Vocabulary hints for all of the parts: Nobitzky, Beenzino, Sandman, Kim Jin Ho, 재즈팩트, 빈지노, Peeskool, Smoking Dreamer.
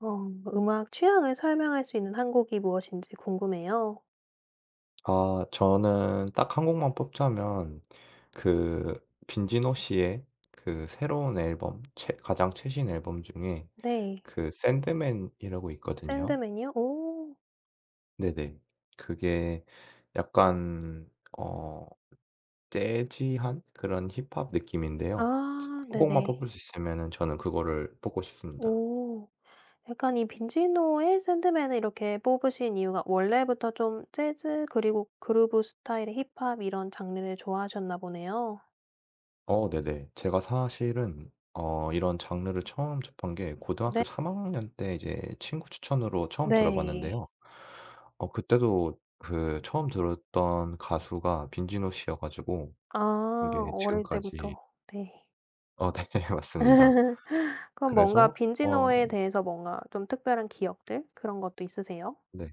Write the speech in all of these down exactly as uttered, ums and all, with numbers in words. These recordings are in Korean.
어, 음악 취향을 설명할 수 있는 한 곡이 무엇인지 궁금해요. 아, 저는 딱 한 곡만 뽑자면 그 빈지노 씨의 그 새로운 앨범 최 가장 최신 앨범 중에 네. 그 샌드맨이라고 있거든요. 샌드맨이요? 오. 네네. 그게 약간 어 재즈한 그런 힙합 느낌인데요. 아 한 곡만 네네. 뽑을 수 있으면은 저는 그거를 뽑고 싶습니다. 오. 약간 이 빈지노의 샌드맨을 이렇게 뽑으신 이유가 원래부터 좀 재즈 그리고 그루브 스타일의 힙합 이런 장르를 좋아하셨나 보네요. 어 네네. 제가 사실은 어 이런 장르를 처음 접한 게 고등학교 네. 3 학년 때 이제 친구 추천으로 처음 네. 들어봤는데요. 어 그때도 그 처음 들었던 가수가 빈지노 씨여 가지고 아 이게 어릴 지금까지 때부터. 네. 어 네, 맞습니다. 그럼 뭔가 그래서 빈지노에 어 대해서 뭔가 좀 특별한 기억들 그런 것도 있으세요? 네.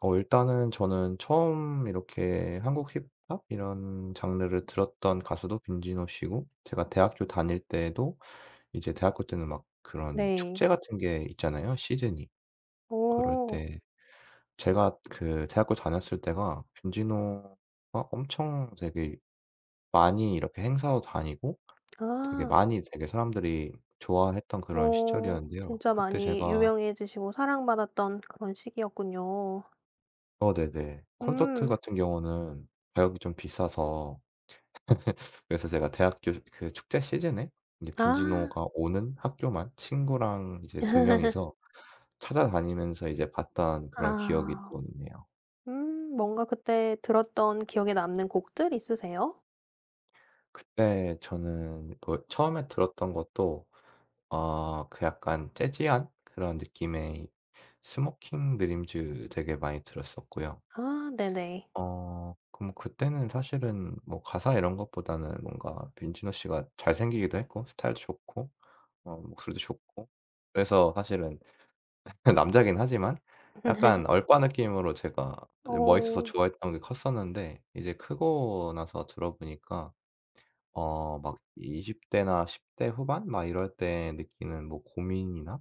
어 일단은 저는 처음 이렇게 한국 힙합 이런 장르를 들었던 가수도 빈지노 씨고, 제가 대학교 다닐 때에도 이제 대학교 때는 막 그런 축제 네. 같은 게 있잖아요, 시즌이. 그럴 오. 때 제가 그 대학교 다녔을 때가 김진호가 엄청 되게 많이 이렇게 행사도 다니고 되게 아. 많이 되게 사람들이 좋아했던 그런 어 시절이었는데요. 진짜 그때 많이 제가 유명해지시고 사랑받았던 그런 시기였군요. 어 네네. 콘서트 음. 같은 경우는 가격이 좀 비싸서, 그래서 제가 대학교 그 축제 시즌에 이제 아. 김진호가 오는 학교만 친구랑 이제 두 명이서 찾아다니면서 이제 봤던 그런 기억이 아. 또 있네요. 음 뭔가 그때 들었던 기억에 남는 곡들 있으세요? 그때 저는 뭐 처음에 들었던 것도 어 그 약간 재즈한 그런 느낌의 스모킹 드림즈 되게 많이 들었었고요. 아 네네. 어 그럼 그때는 사실은 뭐 가사 이런 것보다는 뭔가 빈지노 씨가 잘생기기도 했고 스타일도 좋고 어 목소리도 좋고, 그래서 사실은 남자긴 하지만 약간 얼빠 느낌으로 제가 멋있어서 어. 좋아했던 게 컸었는데, 이제 크고 나서 들어보니까 어 막 이십 대 대나 십 대 후반 막 이럴 때 느끼는 뭐 고민이나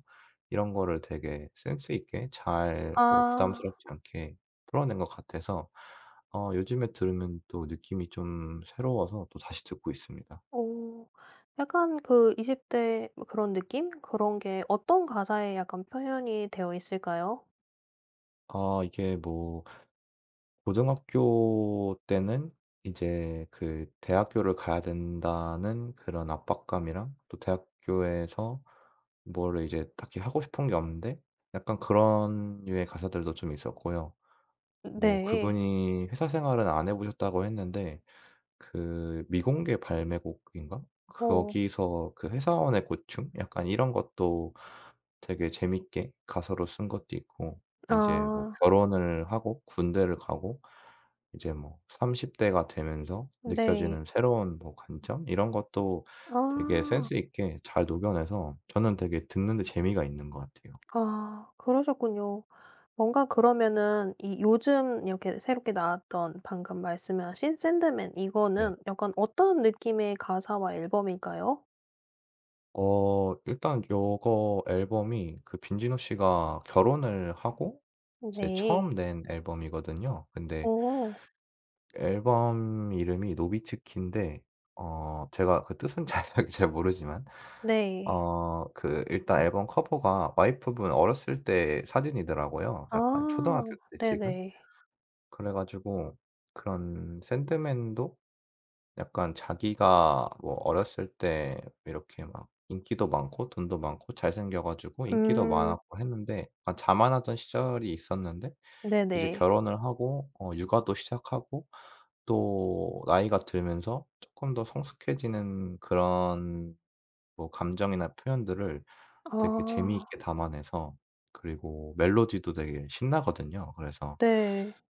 이런 거를 되게 센스 있게 잘 뭐 아. 부담스럽지 않게 풀어낸 것 같아서, 어 요즘에 들으면 또 느낌이 좀 새로워서 또 다시 듣고 있습니다. 어. 약간 그 이십 대 뭐 그런 느낌? 그런 게 어떤 가사에 약간 표현이 되어 있을까요? 아, 이게 뭐 고등학교 때는 이제 그 대학교를 가야 된다는 그런 압박감이랑 또 대학교에서 뭐를 이제 딱히 하고 싶은 게 없는데 약간 그런 류의 가사들도 좀 있었고요. 뭐 네. 그분이 회사 생활은 안 해 보셨다고 했는데 그 미공개 발매곡인가? 어. 거기서 그 회사원의 고충? 약간 이런 것도 되게 재밌게 가사로 쓴 것도 있고, 이제 뭐 아. 결혼을 하고 군대를 가고 이제 뭐 삼십 대 대가 되면서 느껴지는 네. 음. 새로운 뭐 관점 이런 것도 되게 아. 센스 있게 잘 녹여내서 저는 되게 듣는데 재미가 있는 것 같아요. 아 그러셨군요. 뭔가 그러면은 이 요즘 이렇게 새롭게 나왔던 방금 말씀하신 샌드맨 네. 이거는 약간 어떤 느낌의 가사와 앨범일까요? 어 일단 요거 앨범이 그 빈지노 씨가 결혼을 하고 이제 처음 네. 낸 앨범이거든요. 근데 오. 앨범 이름이 노비츠키인데, 어 제가 그 뜻은 자세하게 잘 모르지만, 네. 어 그 일단 앨범 커버가 와이프분 어렸을 때 사진이더라고요. 약간 아 초등학교 때 찍은. 네네. 그래 가지고 그런 샌드맨도 약간 자기가 뭐 어렸을 때 이렇게 막 인기도 많고 돈도 많고 잘생겨 가지고 인기도 음 많았고 했는데 약간 자만하던 시절이 있었는데, 이제 음. 네네. 결혼을 하고 어 육아도 시작하고 또 나이가 들면서 쪼끔 더 성숙해지는 그런 뭐 감정이나 표현들을 되게 아 재미있게 담아내서, 그리고 멜로디도 되게 신나거든요. 그래서 네.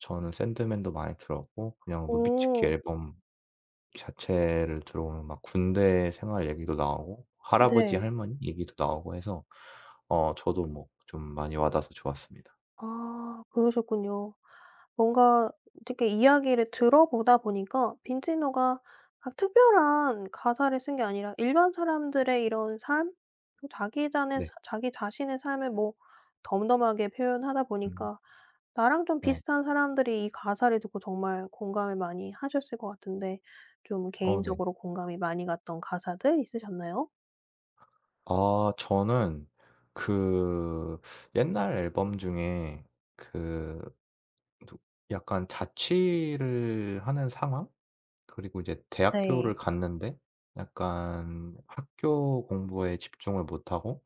저는 샌드맨도 많이 들었고, 그냥 노비츠키 음. 오. 앨범 자체를 들어보면 막 군대 생활 얘기도 나오고 할아버지 네. 할머니 얘기도 나오고 해서 어 저도 뭐 좀 많이 와 닿아서 좋았습니다. 아 그러셨군요. 뭔가 되게 이야기를 들어보다 보니까 빈지노가 막 특별한 가사를 쓴 게 아니라 일반 사람들의 이런 삶, 또 자기 잔의 네. 사- 자기 자신의 삶을 뭐 덤덤하게 표현하다 음, 보니까 나랑 좀 네. 비슷한 사람들이 이 가사를 듣고 정말 공감을 많이 하셨을 것 같은데 좀 어 네. 개인적으로 공감이 많이 갔던 가사들 있으셨나요? 아, 저는 그 옛날 앨범 중에 그 누 약간 자취를 하는 상황? 그리고 이제 네. 대학교를 갔는데 약간 학교 공부에 집중을 못하고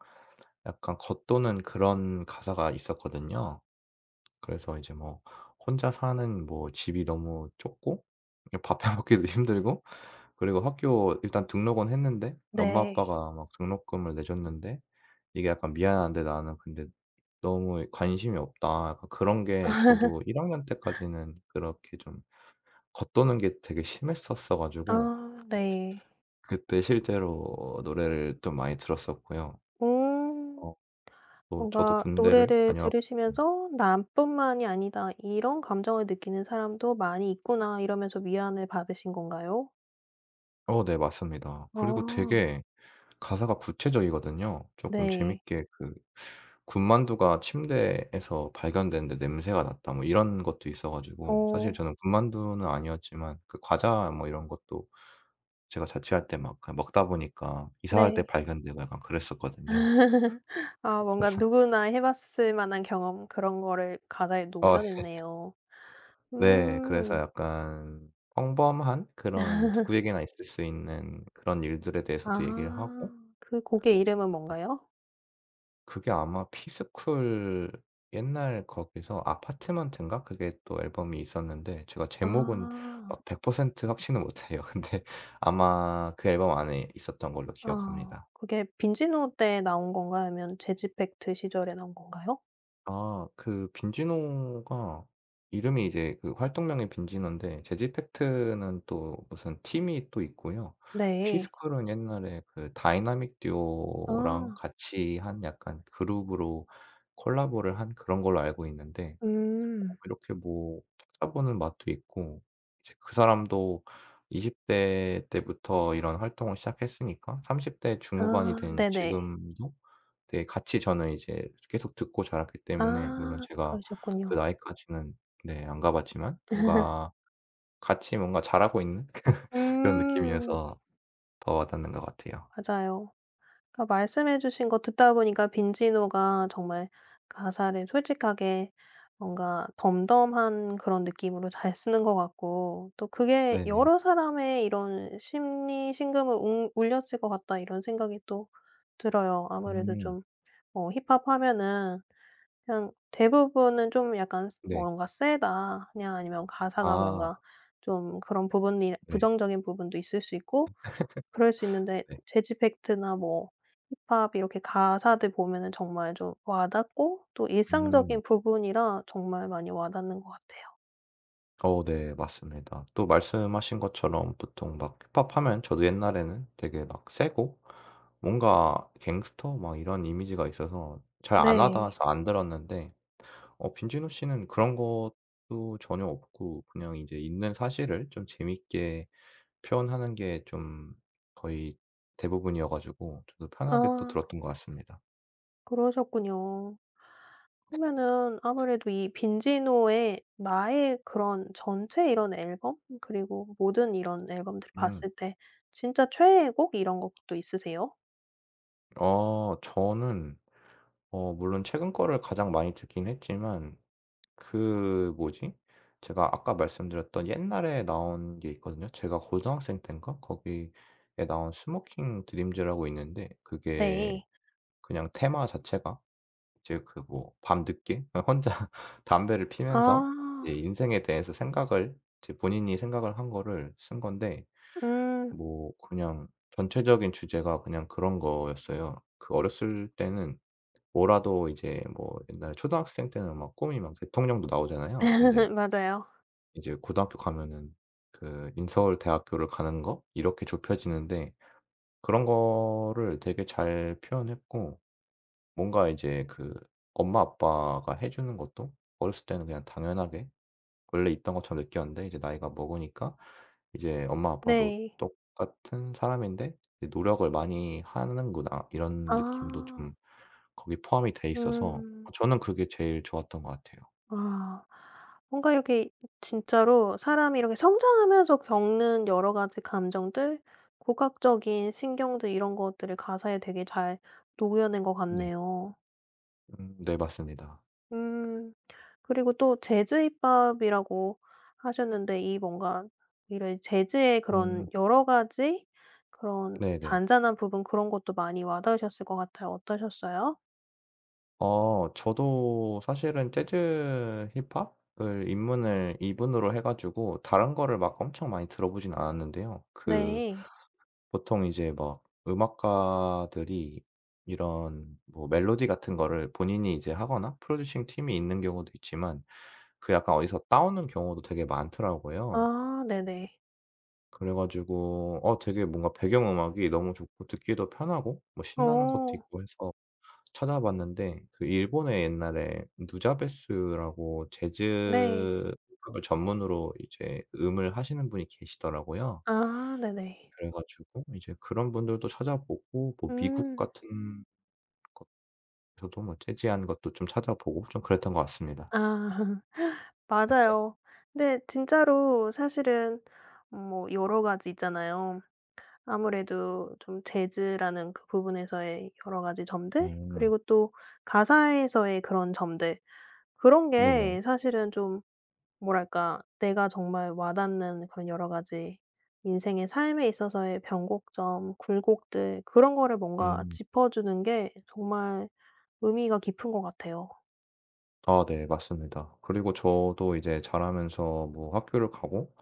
약간 겉도는 그런 가사가 있었거든요. 그래서 이제 뭐 혼자 사는 뭐 집이 너무 좁고, 이 밥 해 먹기도 힘들고, 그리고 학교 일단 등록은 했는데 엄마 네. 아빠가 막 등록금을 내줬는데, 이게 약간 "미안한데 나는 근데 너무 관심이 없다." 약간 그런 게 저도 1 학년 때까지는 그렇게 좀 겉도는 게 되게 심했었어 가지고 아 네. 그때 실제로 노래를 좀 많이 들었었고요. 음. 어 또 저도 뭔가 군대를 노래를 다녀왔 음. 들으시면서 '나뿐만이 아니다. 이런 감정을 느끼는 사람도 많이 있구나.' 이러면서 위안을 받으신 건가요? 어 네, 맞습니다. 아 그리고 되게 가사가 구체적이거든요. 조금 네. 재밌게 그 군만두가 침대에서 발견됐는데 냄새가 났다 뭐 이런 것도 있어 가지고, 사실 어 저는 군만두는 아니었지만 그 과자 뭐 이런 것도 제가 자취할 때 막 그냥 먹다 보니까 이사할 때 네. 발견되고 약간 그랬었거든요. 아 뭔가 그래서 누구나 해 봤을 만한 경험 그런 거를 가사에 어 녹여냈네요. 네. 그래서 음. 약간 평범한 그런 누구에게나 있을 수 있는 그런 일들에 대해서도 얘기를 하고, 아. 그 곡의 이름은 뭔가요? 그게 아마 피스쿨 옛날 거기서 아파트먼트인가 그게 또 앨범이 있었는데 제가 제목은 아. 막 백 퍼센트 확신은 못해요. 근데 아마 그 앨범 안에 있었던 걸로 아. 기억합니다. 그게 빈지노 때 나온 건가요? 아니면 재즈팩트 시절에 나온 건가요? 아, 그 빈지노가 이름이 이제 그 활동명이 빈지노인데 재즈이펙트는 또 무슨 팀이 또 있고요. 네. 피스쿨은 옛날에 그 다이나믹 듀오랑 아. 같이 한 약간 그룹으로 콜라보를 한 그런 걸로 알고 있는데, 음. 이렇게 뭐 찾아보는 맛도 있고, 이제 그 사람도 이십 대 때부터 이런 활동을 시작했으니까 삼십 대 아 중후반이 된 네네. 지금도 되게 같이 저는 이제 계속 듣고 자랐기 때문에, 물론 아 제가 그 그러셨군요. 나이까지는 네 안 가 봤지만 뭔가 같이 뭔가 자라고 있는 그런 음. 느낌이어서 더 와닿는 것 같아요. 맞아요. 그러니까 말씀해 주신 거 듣다 보니까 빈지노가 정말 가사를 솔직하게 뭔가 덤덤한 그런 느낌으로 잘 쓰는 것 같고 또 그게 네네. '여러 사람의 이런 심리 심금을 웅 울렸을 것 같다.' 이런 생각이 또 들어요. 아무래도 음. 좀 어 힙합하면은 그냥 대부분은 좀 약간 네. 뭔가 세다 그냥 아니면 가사가 아. 뭔가 좀 그런 부분이 네. 부정적인 부분도 있을 수 있고 그럴 수 있는데 네. 재즈 팩트나 뭐 힙합 이렇게 가사들 보면은 정말 좀 와 닿고 또 음. 일상적인 부분이라 정말 많이 와 닿는 것 같아요. 어 네, 맞습니다. 또 말씀하신 것처럼 보통 막 힙합하면 저도 옛날에는 되게 막 세고 뭔가 갱스터 막 이런 이미지가 있어서 잘 안 하다 네. 서안 들었는데, 어 빈지노 씨는 그런 것도 전혀 없고 그냥 이제 있는 사실을 좀 재밌게 표현하는 게 좀 거의 대부분이어 가지고 저도 편하게 또 아 들었던 것 같습니다. 그러셨군요. 그러면은 아무래도 이 빈지노의 나의 그런 전체 이런 앨범 그리고 모든 이런 앨범들을 음. 봤을 때 진짜 최애의 곡 이런 것도 있으세요? 어 저는 어 물론 최근 거를 가장 많이 듣긴 했지만, 그 뭐지? 제가 아까 말씀드렸던 옛날에 나온 게 있거든요. 제가 고등학생 때인가 거기에 나온 스모킹 드림즈라고 있는데, 그게 네. 그냥 테마 자체가 이제 그 뭐 밤늦게 혼자 담배를 피면서 이제 아. 인생에 대해서 생각을 이제 본인이 생각을 한 거를 쓴 건데, 음. 뭐 그냥 전체적인 주제가 그냥 그런 거였어요. 그 어렸을 때는 뭐라도 이제 뭐 옛날에 초등학생 때는 막 꿈이 막 대통령도 나오잖아요. 근데 맞아요. 이제 고등학교 가면은 그 인서울 대학교를 가는 거 이렇게 좁혀지는데, 그런 거를 되게 잘 표현했고, 뭔가 이제 그 엄마 아빠가 해 주는 것도 어렸을 때는 그냥 당연하게 원래 있던 것처럼 느꼈는데, 이제 나이가 먹으니까 이제 '엄마 아빠도 네. 똑같은 사람인데 이 노력을 많이 하는구나.' 이런 느낌도 아. 좀 거기 포함이 돼 있어서 음. 어 저는 그게 제일 좋았던 것 같아요. 아. 뭔가 이렇게 진짜로 사람이 이렇게 성장하면서 겪는 여러 가지 감정들, 고각적인 신경들 이런 것들을 가사에 되게 잘 녹여낸 것 네. 같네요. 음, 네, 맞습니다. 음. 그리고 또 재즈힙합이라고 하셨는데 이 뭔가 이런 재즈의 그런 음, 여러 가지 그런 네네. 잔잔한 부분 그런 것도 많이 와 닿으셨을 것 같아요. 어떠셨어요? 어 저도 사실은 재즈 힙합을 입문을 이분으로 해 가지고 다른 거를 막 엄청 많이 들어보진 않았는데요. 그 네. 보통 이제 막 음악가들이 이런 뭐 멜로디 같은 거를 본인이 이제 하거나 프로듀싱 팀이 있는 경우도 있지만, 그 약간 어디서 따오는 경우도 되게 많더라고요. 아 네네. 그래 가지고 어 되게 뭔가 배경 음악이 너무 좋고 듣기도 편하고 뭐 신나는 것도 어 있고 해서 찾아봤는데, 그 일본에 옛날에 누자베스라고 네. 재즈 팝을 전문으로 이제 음을 하시는 분이 계시더라고요. 아 네네. 그래 가지고 이제 그런 분들도 찾아보고 뭐 미국 음. 같은 곳에서도 뭐 재즈한 것도 좀 찾아보고 좀 그랬던 것 같습니다. 아. 맞아요. 근데 진짜로 사실은 뭐 여러 가지 있잖아요. 아무래도 좀 재즈라는 그 부분에서의 여러 가지 점들 음. 그리고 또 가사에서의 그런 점들 그런 네네. 게 사실은 좀 뭐랄까 내가 정말 와닿는 그런 여러 가지 인생의 삶에 있어서의 변곡점, 굴곡들 그런 거를 뭔가 음. 짚어주는 게 정말 의미가 깊은 것 같아요. 아, 네, 맞습니다. 그리고 저도 이제 자라면서 뭐 학교를 가고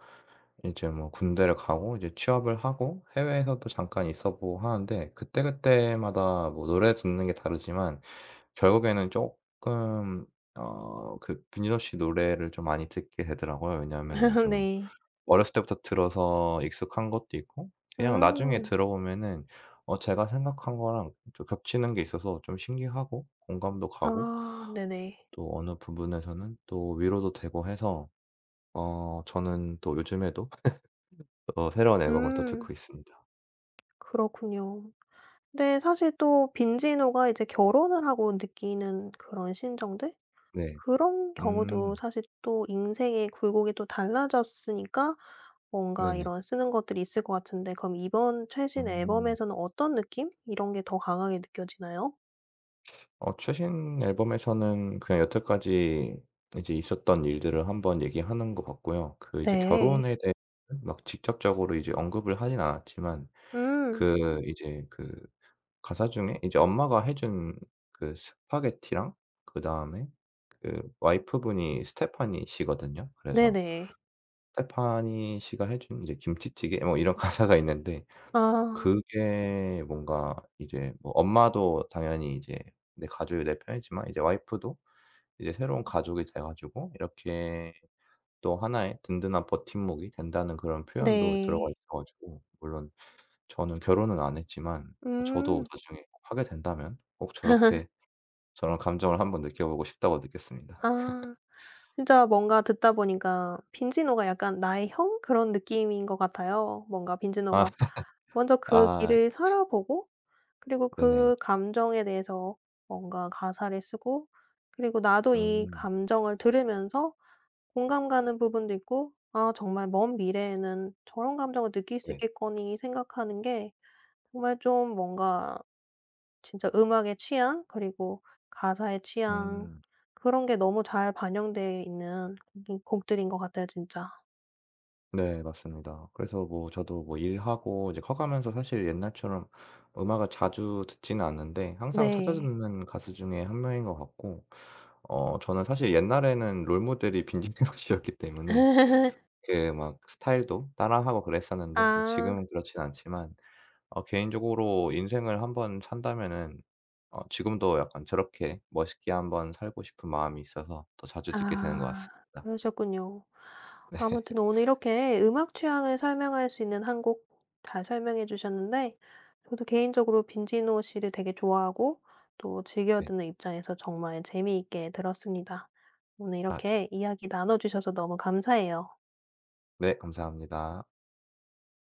이제 뭐 군대를 가고 이제 취업을 하고 해외에서도 잠깐 있어 보고 하는데, 그때그때마다 뭐 노래 듣는 게 다르지만 결국에는 쪼끔 어 그 김민호 씨 노래를 좀 많이 듣게 되더라고요. 왜냐하면은 좀 네. 어렸을 때부터 들어서 익숙한 것도 있고, 그냥 나중에 음. 들어보면은 어 제가 생각한 거랑 좀 겹치는 게 있어서 좀 신기하고 공감도 가고, 아 네네. 또 어느 부분에서는 또 위로도 되고 해서 어 저는 또 요즘에도 어 새로운 앨범을 또 음. 듣고 있습니다. 그렇군요. 근데 사실 또 빈지노가 이제 결혼을 하고 느끼는 그런 심정들? 네. 그런 경우도 음. 사실 또 인생의 굴곡이 또 달라졌으니까 뭔가 네네. 이런 쓰는 것들이 있을 것 같은데 그럼 이번 최신 음. 앨범에서는 어떤 느낌? 이런 게 더 강하게 느껴지나요? 어 최신 앨범에서는 그냥 여태까지 이제 있었던 일들을 한번 얘기하는 것 같고요. 그 이제 네. 결혼에 대해 막 직접적으로 이제 언급을 하진 않았지만, 음. 그 이제 그 가사 중에 이제 엄마가 해준 그 스파게티랑 그다음에 그 와이프분이 스테파니 씨거든요. 그래서 네네. 스테파니 씨가 해준 이제 김치찌개 뭐 이런 가사가 있는데, 아. 그게 뭔가 이제 뭐 엄마도 당연히 이제 내 가족이 내 편이지만 이제 와이프도 이제 새로운 가족이 돼 가지고 이렇게 또 하나의 든든한 버팀목이 된다는 그런 표현도 들어가 네. 있어 가지고, 물론 저는 결혼은 안 했지만 저도 음. 나중에 하게 된다면 꼭 저렇게 저런 감정을 한번 느껴보고 싶다고 느꼈습니다. 아. 진짜 뭔가 듣다 보니까 빈지노가 약간 나의 형 그런 느낌인 것 같아요. 뭔가 아. 빈지노가 먼저 그 아, 길을 살아보고 그리고 네네. 그 감정에 대해서 뭔가 가사를 쓰고 그리고 나도 이 음. 감정을 들으면서 공감 가는 부분도 있고 '아 정말 먼 미래에는 저런 감정을 느낄 수 네. 있겠거니.' 생각하는 게 정말 좀 뭔가 진짜 음악의 취향 그리고 가사의 취향 음. 그런 게 너무 잘 반영돼 있는 곡인 곡들인 것 같아요 진짜. 네, 맞습니다. 그래서 뭐 저도 뭐 일하고 이제 커 가면서 사실 옛날처럼 음악을 자주 듣지는 않는데 항상 찾아 네. 듣는 가수 중에 한 명인 것 같고, 어 저는 사실 옛날에는 롤 모델이 빈지노 씨였기 때문에 그 막 스타일도 따라하고 그랬었는데, 뭐 아. 지금은 그렇진 않지만 어 개인적으로 인생을 한번 산다면은 어 지금도 약간 저렇게 멋있게 한번 살고 싶은 마음이 있어서 더 자주 듣게 되는 것 아. 같습니다. 그러셨군요. 아무튼 오늘 이렇게 음악 취향을 설명할 수 있는 한 곡 잘 설명해 주셨는데 저도 개인적으로 빈지노 씨를 되게 좋아하고 또 즐겨 네. 네. 듣는 입장에서 정말 재미있게 들었습니다. 오늘 아, 네. 이렇게 이야기 나눠 주셔서 너무 감사해요. 네, 감사합니다.